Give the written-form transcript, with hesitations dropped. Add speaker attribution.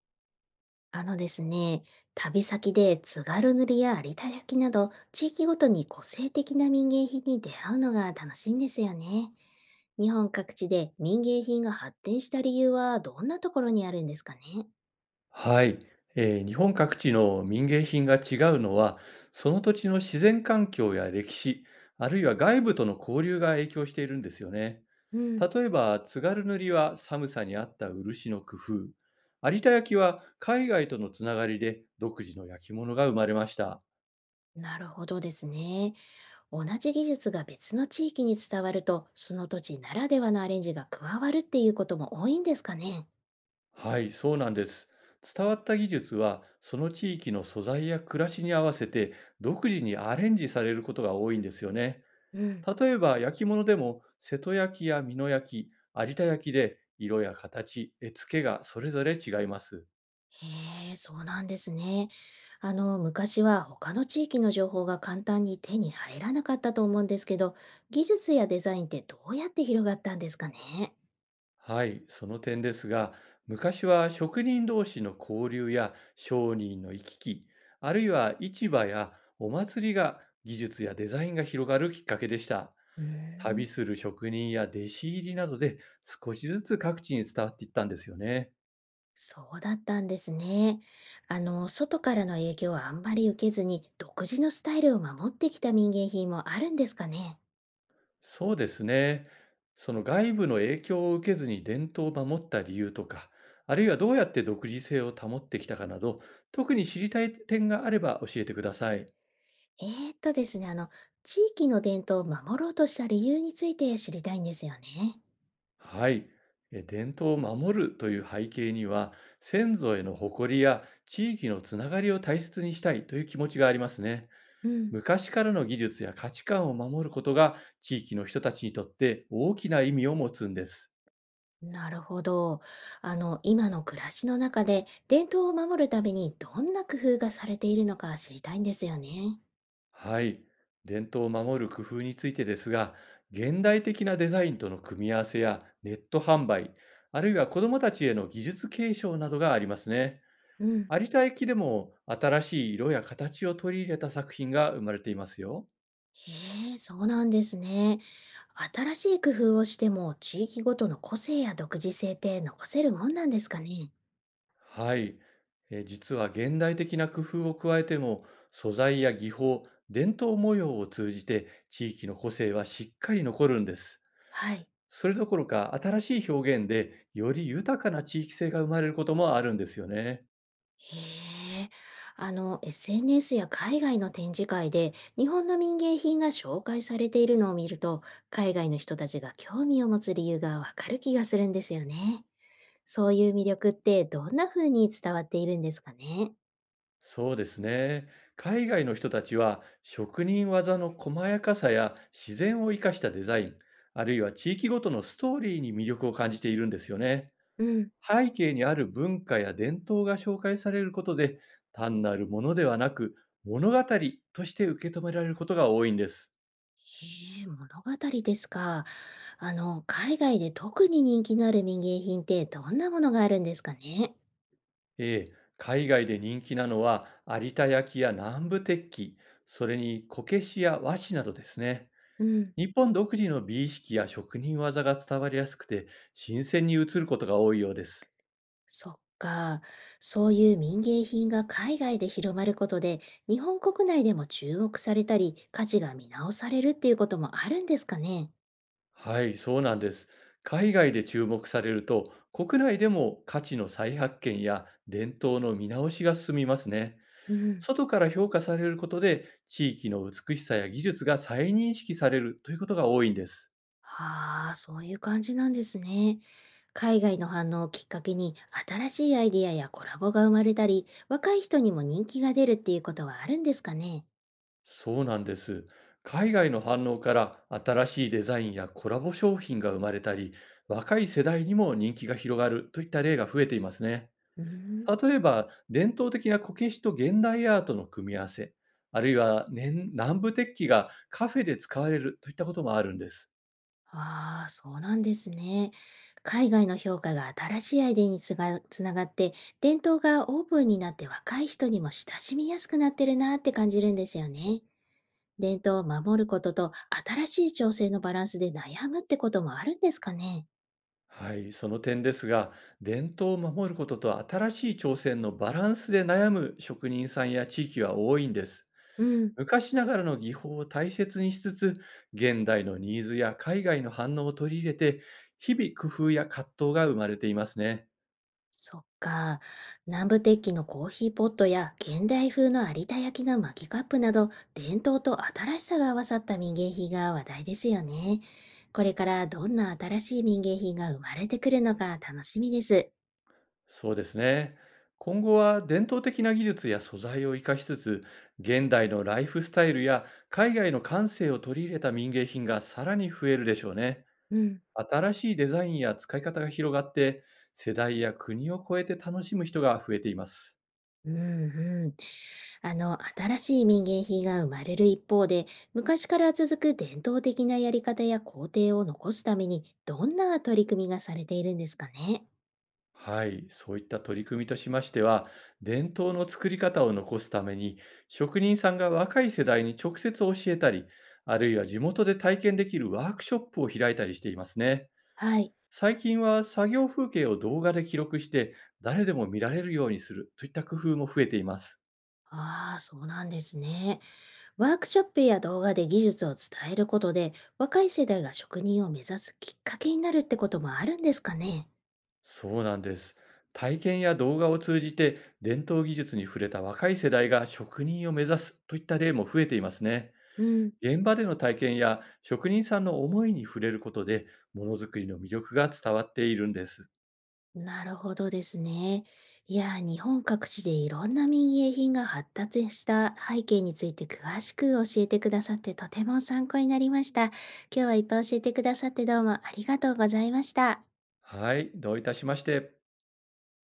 Speaker 1: あのですね、旅先で津軽塗や有田焼など地域ごとに個性的な民芸品に出会うのが楽しいんですよね。日本各地で民芸品が発展した理由はどんなところにあるんですかね。
Speaker 2: はい、日本各地の民芸品が違うのは、その土地の自然環境や歴史、あるいは外部との交流が影響しているんですよね。
Speaker 1: うん、
Speaker 2: 例えば、津軽塗は寒さに合った漆の工夫、有田焼は海外とのつながりで独自の焼き物が生まれました。
Speaker 1: なるほどですね。同じ技術が別の地域に伝わると、その土地ならではのアレンジが加わるっていうことも多いんですかね。
Speaker 2: はい、そうなんです。伝わった技術は、その地域の素材や暮らしに合わせて独自にアレンジされることが多いんですよね。
Speaker 1: うん。
Speaker 2: 例えば焼き物でも瀬戸焼きや美濃焼き、有田焼きで色や形、絵付けがそれぞれ違います。
Speaker 1: へえ、そうなんですね。あの、昔は他の地域の情報が簡単に手に入らなかったと思うんですけど、技術やデザインってどうやって広がったんですかね。
Speaker 2: はい、その点ですが、昔は職人同士の交流や商人の行き来、あるいは市場やお祭りが技術やデザインが広がるきっかけでした。
Speaker 1: うー
Speaker 2: 旅
Speaker 1: ん、
Speaker 2: する職人や弟子入りなどで少しずつ各地に伝わっていったんですよね。
Speaker 1: そうだったんですね。あの、外からの影響はあんまり受けずに、独自のスタイルを守ってきた民芸品もあるんですかね。
Speaker 2: そうですね。その外部の影響を受けずに伝統を守った理由とか、あるいはどうやって独自性を保ってきたかなど、特に知りたい点があれば教えてください。
Speaker 1: ですね、あの、地域の伝統を守ろうとした理由について知りたいんですよね。
Speaker 2: はい。伝統を守るという背景には、先祖への誇りや地域のつながりを大切にしたいという気持ちがありますね。
Speaker 1: うん。
Speaker 2: 昔からの技術や価値観を守ることが地域の人たちにとって大きな意味を持つんです。
Speaker 1: なるほど。あの、今の暮らしの中で伝統を守るためにどんな工夫がされているのか知りたいんですよね。
Speaker 2: はい。伝統を守る工夫についてですが、現代的なデザインとの組み合わせやネット販売、あるいは子どもたちへの技術継承などがありますね。
Speaker 1: うん。
Speaker 2: 有田駅でも新しい色や形を取り入れた作品が生まれていますよ。
Speaker 1: へえ、そうなんですね。新しい工夫をしても地域ごとの個性や独自性って残せるもんなんですかね。
Speaker 2: はい。実は現代的な工夫を加えても、素材や技法、伝統模様を通じて地域の個性はしっかり残るんです。
Speaker 1: はい。
Speaker 2: それどころか、新しい表現でより豊かな地域性が生まれることもあるんですよね。
Speaker 1: へえ。あの、SNS や海外の展示会で日本の民芸品が紹介されているのを見ると、海外の人たちが興味を持つ理由がわかる気がするんですよね。そういう魅力ってどんな風に伝わっているんですかね？
Speaker 2: そうですね。海外の人たちは、職人技の細やかさや自然を生かしたデザイン、あるいは地域ごとのストーリーに魅力を感じているんですよね。
Speaker 1: うん。
Speaker 2: 背景にある文化や伝統が紹介されることで、単なるものではなく、物語として受け止められることが多いんです。
Speaker 1: へえ、物語ですか。あの、海外で特に人気のある民芸品ってどんなものがあるんですかね？
Speaker 2: ええ、海外で人気なのは有田焼や南部鉄器、それにこけしや和紙などですね。
Speaker 1: うん。
Speaker 2: 日本独自の美意識や職人技が伝わりやすくて、新鮮に映ることが多いようです。
Speaker 1: そっか。そういう民芸品が海外で広まることで、日本国内でも注目されたり、価値が見直されるっていうこともあるんですかね？
Speaker 2: はい、そうなんです。海外で注目されると、国内でも価値の再発見や伝統の見直しが進みますね。
Speaker 1: うん。
Speaker 2: 外から評価されることで、地域の美しさや技術が再認識されるということが多いんです。
Speaker 1: はあ、そういう感じなんですね。海外の反応をきっかけに新しいアイディアやコラボが生まれたり、若い人にも人気が出るっていうことはあるんですかね。
Speaker 2: そうなんです。海外の反応から新しいデザインやコラボ商品が生まれたり、若い世代にも人気が広がるといった例が増えていますね。
Speaker 1: うん。
Speaker 2: 例えば、伝統的なこけしと現代アートの組み合わせ、あるいは年南部鉄器がカフェで使われるといったこともあるんです。
Speaker 1: ああ、そうなんですね。海外の評価が新しいアイデアにつがつながって、伝統がオープンになって若い人にも親しみやすくなってるなって感じるんですよね。伝統を守ることと新しい調整のバランスで悩むってこともあるんですかね。
Speaker 2: はい、その点ですが、伝統を守ることと新しい挑戦のバランスで悩む職人さんや地域は多いんです。
Speaker 1: うん。
Speaker 2: 昔ながらの技法を大切にしつつ、現代のニーズや海外の反応を取り入れて、日々工夫や葛藤が生まれていますね。
Speaker 1: そっか。南部鉄器のコーヒーポットや現代風の有田焼の巻きカップなど、伝統と新しさが合わさった民芸品が話題ですよね。これからどんな新しい民芸品が生まれてくるのか楽しみです。
Speaker 2: そうですね。今後は伝統的な技術や素材を生かしつつ、現代のライフスタイルや海外の感性を取り入れた民芸品がさらに増えるでしょうね。
Speaker 1: うん、
Speaker 2: 新しいデザインや使い方が広がって、世代や国を超えて楽しむ人が増えています。
Speaker 1: うんうん。あの、新しい民芸品が生まれる一方で、昔から続く伝統的なやり方や工程を残すために、どんな取り組みがされているんですかね。
Speaker 2: はい、そういった取り組みとしましては、伝統の作り方を残すために、職人さんが若い世代に直接教えたり、あるいは地元で体験できるワークショップを開いたりしていますね。
Speaker 1: はい。
Speaker 2: 最近は作業風景を動画で記録して、誰でも見られるようにするといった工夫も増えています。
Speaker 1: ああ、そうなんですね。ワークショップや動画で技術を伝えることで、若い世代が職人を目指すきっかけになるってこともあるんですかね。
Speaker 2: そうなんです。体験や動画を通じて伝統技術に触れた若い世代が職人を目指すといった例も増えていますね。
Speaker 1: うん、
Speaker 2: 現場での体験や職人さんの思いに触れることで、ものづくりの魅力が伝わっているんです。
Speaker 1: なるほどですね。いやー、日本各地でいろんな民芸品が発達した背景について詳しく教えてくださってとても参考になりました。今日はいっぱい教えてくださってどうもありがとうございました。
Speaker 2: はい、どういたしまして。